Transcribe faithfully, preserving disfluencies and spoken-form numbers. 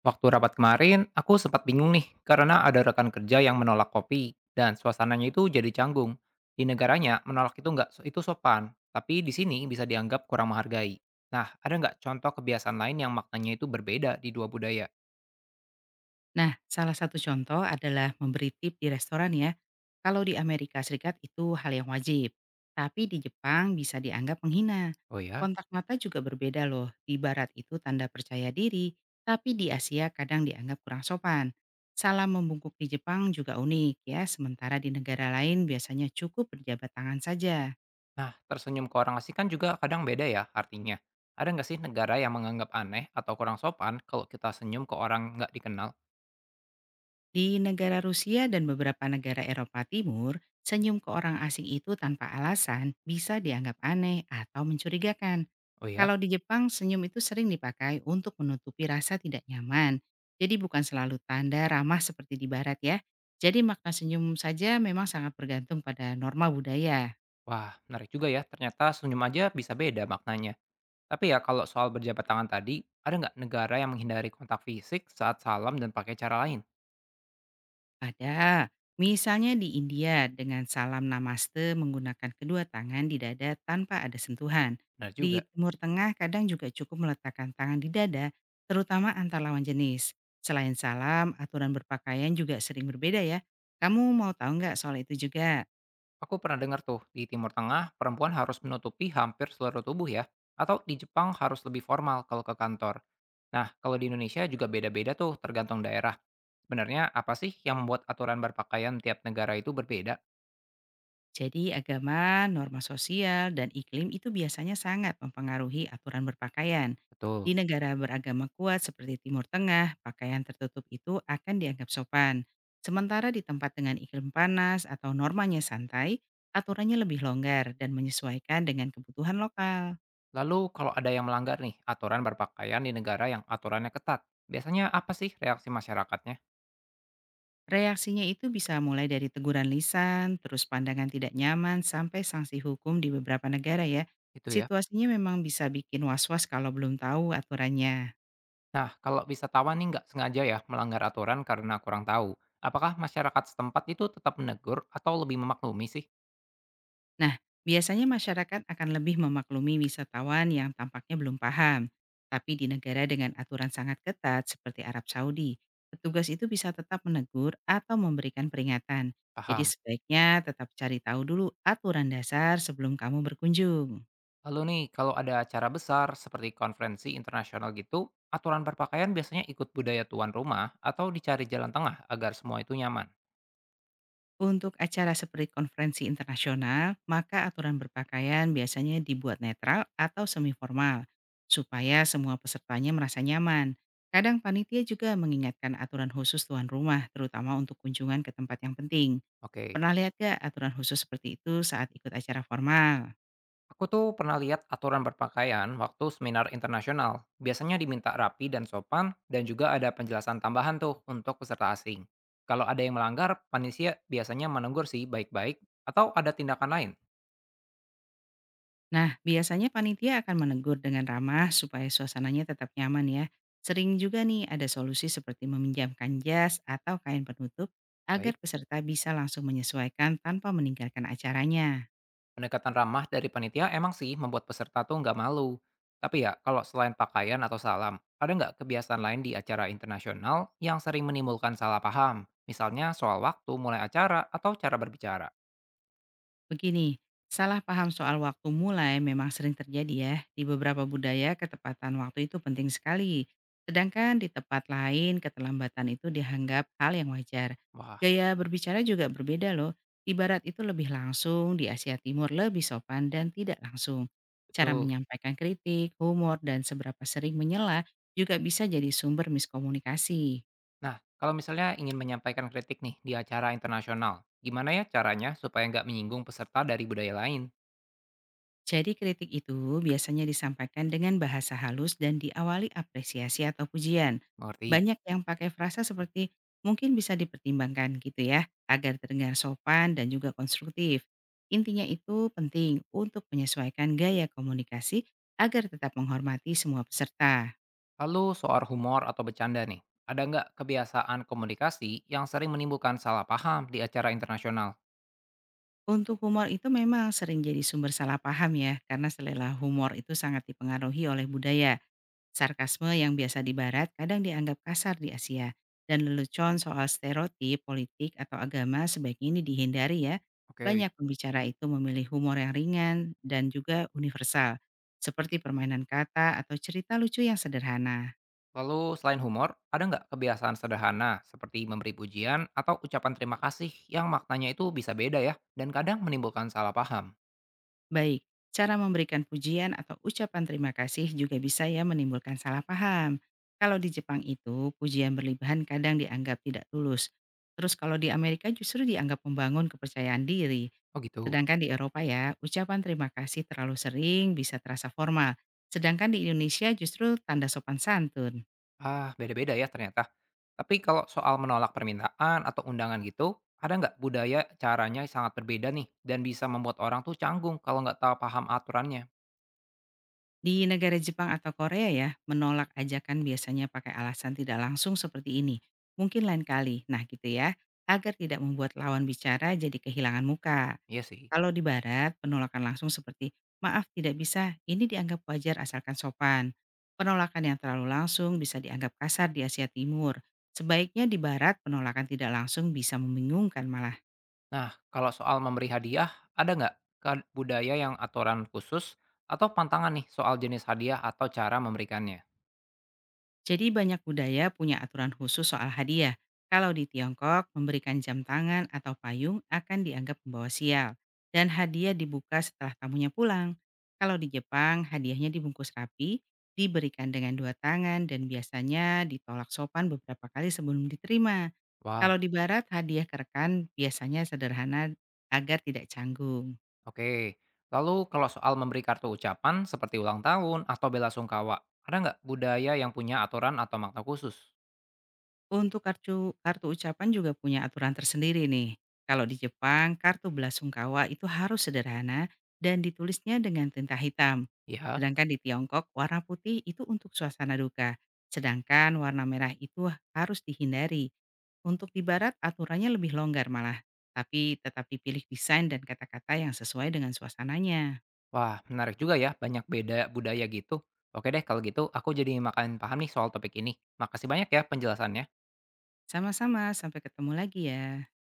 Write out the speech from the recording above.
Waktu rapat kemarin, aku sempat bingung nih karena ada rekan kerja yang menolak kopi dan suasananya itu jadi canggung. Di negaranya, menolak itu nggak so-, itu sopan, tapi di sini bisa dianggap kurang menghargai. Nah, ada nggak contoh kebiasaan lain yang maknanya itu berbeda di dua budaya? Nah, salah satu contoh adalah memberi tip di restoran ya. Kalau di Amerika Serikat itu hal yang wajib, tapi di Jepang bisa dianggap menghina. Oh ya. Kontak mata juga berbeda loh. Di barat itu tanda percaya diri, tapi di Asia kadang dianggap kurang sopan. Salam membungkuk di Jepang juga unik ya, sementara di negara lain biasanya cukup berjabat tangan saja. Nah, tersenyum ke orang asing kan juga kadang beda ya artinya. Ada nggak sih negara yang menganggap aneh atau kurang sopan kalau kita senyum ke orang nggak dikenal? Di negara Rusia dan beberapa negara Eropa Timur, senyum ke orang asing itu tanpa alasan bisa dianggap aneh atau mencurigakan. Oh ya. Kalau di Jepang, senyum itu sering dipakai untuk menutupi rasa tidak nyaman. Jadi bukan selalu tanda ramah seperti di barat ya. Jadi makna senyum saja memang sangat bergantung pada norma budaya. Wah, menarik juga ya. Ternyata senyum aja bisa beda maknanya. Tapi ya kalau soal berjabat tangan tadi, ada nggak negara yang menghindari kontak fisik saat salam dan pakai cara lain? Ada, misalnya di India dengan salam namaste menggunakan kedua tangan di dada tanpa ada sentuhan. Benar juga. Di Timur Tengah kadang juga cukup meletakkan tangan di dada, terutama antar lawan jenis. Selain salam, aturan berpakaian juga sering berbeda ya. Kamu mau tahu nggak soal itu juga? Aku pernah dengar tuh, di Timur Tengah perempuan harus menutupi hampir seluruh tubuh ya. Atau di Jepang harus lebih formal kalau ke kantor. Nah, kalau di Indonesia juga beda-beda tuh tergantung daerah. Sebenarnya apa sih yang membuat aturan berpakaian tiap negara itu berbeda? Jadi agama, norma sosial, dan iklim itu biasanya sangat mempengaruhi aturan berpakaian. Betul. Di negara beragama kuat seperti Timur Tengah, pakaian tertutup itu akan dianggap sopan. Sementara di tempat dengan iklim panas atau normanya santai, aturannya lebih longgar dan menyesuaikan dengan kebutuhan lokal. Lalu kalau ada yang melanggar nih aturan berpakaian di negara yang aturannya ketat, biasanya apa sih reaksi masyarakatnya? Reaksinya itu bisa mulai dari teguran lisan, terus pandangan tidak nyaman, sampai sanksi hukum di beberapa negara ya. Itu ya. Situasinya memang bisa bikin was-was kalau belum tahu aturannya. Nah, kalau wisatawan nih nggak sengaja ya melanggar aturan karena kurang tahu, apakah masyarakat setempat itu tetap menegur atau lebih memaklumi sih? Nah, biasanya masyarakat akan lebih memaklumi wisatawan yang tampaknya belum paham. Tapi di negara dengan aturan sangat ketat seperti Arab Saudi, petugas itu bisa tetap menegur atau memberikan peringatan. Jadi Paham. sebaiknya tetap cari tahu dulu aturan dasar sebelum kamu berkunjung. Lalu nih, kalau ada acara besar seperti konferensi internasional gitu, aturan berpakaian biasanya ikut budaya tuan rumah atau dicari jalan tengah agar semua itu nyaman. Untuk acara seperti konferensi internasional, maka aturan berpakaian biasanya dibuat netral atau semi formal supaya semua pesertanya merasa nyaman. Kadang panitia juga mengingatkan aturan khusus tuan rumah, terutama untuk kunjungan ke tempat yang penting. Oke. Pernah lihat gak aturan khusus seperti itu saat ikut acara formal? Aku tuh pernah lihat aturan berpakaian waktu seminar internasional. Biasanya diminta rapi dan sopan, dan juga ada penjelasan tambahan tuh untuk peserta asing. Kalau ada yang melanggar, panitia biasanya menegur sih baik-baik, atau ada tindakan lain. Nah, biasanya panitia akan menegur dengan ramah supaya suasananya tetap nyaman ya. Sering juga nih ada solusi seperti meminjamkan jas atau kain penutup agar Baik, peserta bisa langsung menyesuaikan tanpa meninggalkan acaranya. pendekatan ramah dari panitia emang sih membuat peserta tuh nggak malu. Tapi ya, kalau selain pakaian atau salam, ada nggak kebiasaan lain di acara internasional yang sering menimbulkan salah paham? Misalnya soal waktu mulai acara atau cara berbicara. Begini, salah paham soal waktu mulai memang sering terjadi ya. Di beberapa budaya, ketepatan waktu itu penting sekali. Sedangkan di tempat lain, keterlambatan itu dianggap hal yang wajar. Wah, Gaya berbicara juga berbeda loh. Di barat itu lebih langsung, di Asia Timur lebih sopan dan tidak langsung. Cara betul. menyampaikan kritik, humor, dan seberapa sering menyela juga bisa jadi sumber miskomunikasi. Nah, kalau misalnya ingin menyampaikan kritik nih di acara internasional, gimana ya caranya supaya nggak menyinggung peserta dari budaya lain? Jadi kritik itu biasanya disampaikan dengan bahasa halus dan diawali apresiasi atau pujian. Mengerti. Banyak yang pakai frasa seperti mungkin bisa dipertimbangkan gitu ya, agar terdengar sopan dan juga konstruktif. Intinya itu penting untuk menyesuaikan gaya komunikasi agar tetap menghormati semua peserta. Lalu soal humor atau bercanda nih, ada nggak kebiasaan komunikasi yang sering menimbulkan salah paham di acara internasional? Untuk humor itu memang sering jadi sumber salah paham ya, karena selera humor itu sangat dipengaruhi oleh budaya. Sarkasme yang biasa di barat kadang dianggap kasar di Asia, dan lelucon soal stereotip, politik, atau agama sebaiknya ini dihindari ya. Oke. Banyak pembicara itu memilih humor yang ringan dan juga universal, seperti permainan kata atau cerita lucu yang sederhana. Lalu selain humor, ada nggak kebiasaan sederhana seperti memberi pujian atau ucapan terima kasih yang maknanya itu bisa beda ya dan kadang menimbulkan salah paham? Baik, cara memberikan pujian atau ucapan terima kasih juga bisa ya menimbulkan salah paham. Kalau di Jepang itu, pujian berlebihan kadang dianggap tidak tulus. Terus kalau di Amerika justru dianggap membangun kepercayaan diri. Oh gitu. Sedangkan di Eropa ya, ucapan terima kasih terlalu sering bisa terasa formal. Sedangkan di Indonesia justru tanda sopan santun. Ah, beda-beda ya ternyata. Tapi kalau soal menolak permintaan atau undangan gitu, ada nggak budaya caranya sangat berbeda nih dan bisa membuat orang tuh canggung kalau nggak tahu paham aturannya? Di negara Jepang atau Korea ya, menolak ajakan biasanya pakai alasan tidak langsung seperti ini. Mungkin lain kali. Nah gitu ya, agar tidak membuat lawan bicara jadi kehilangan muka. Iya sih. Kalau di barat, penolakan langsung seperti, maaf tidak bisa, ini dianggap wajar asalkan sopan. Penolakan yang terlalu langsung bisa dianggap kasar di Asia Timur. Sebaiknya di barat, penolakan tidak langsung bisa membingungkan malah. Nah, kalau soal memberi hadiah, ada nggak ke- budaya yang aturan khusus atau pantangan nih soal jenis hadiah atau cara memberikannya? Jadi banyak budaya punya aturan khusus soal hadiah. Kalau di Tiongkok, memberikan jam tangan atau payung akan dianggap membawa sial. Dan hadiah dibuka setelah tamunya pulang. Kalau di Jepang, hadiahnya dibungkus rapi, diberikan dengan dua tangan dan biasanya ditolak sopan beberapa kali sebelum diterima. Wah, Kalau di barat, hadiah ke rekan biasanya sederhana agar tidak canggung. oke. Lalu kalau soal memberi kartu ucapan seperti ulang tahun atau bela sungkawa, ada nggak budaya yang punya aturan atau makna khusus? Untuk kartu kartu ucapan juga punya aturan tersendiri nih. Kalau di Jepang, kartu belasungkawa itu harus sederhana dan ditulisnya dengan tinta hitam. Ya. Sedangkan di Tiongkok, warna putih itu untuk suasana duka. Sedangkan warna merah itu harus dihindari. Untuk di barat, aturannya lebih longgar malah. Tapi tetap dipilih desain dan kata-kata yang sesuai dengan suasananya. Wah, menarik juga ya, banyak beda budaya gitu. Oke deh, kalau gitu aku jadi makan paham nih soal topik ini. Makasih banyak ya penjelasannya. Sama-sama, sampai ketemu lagi ya.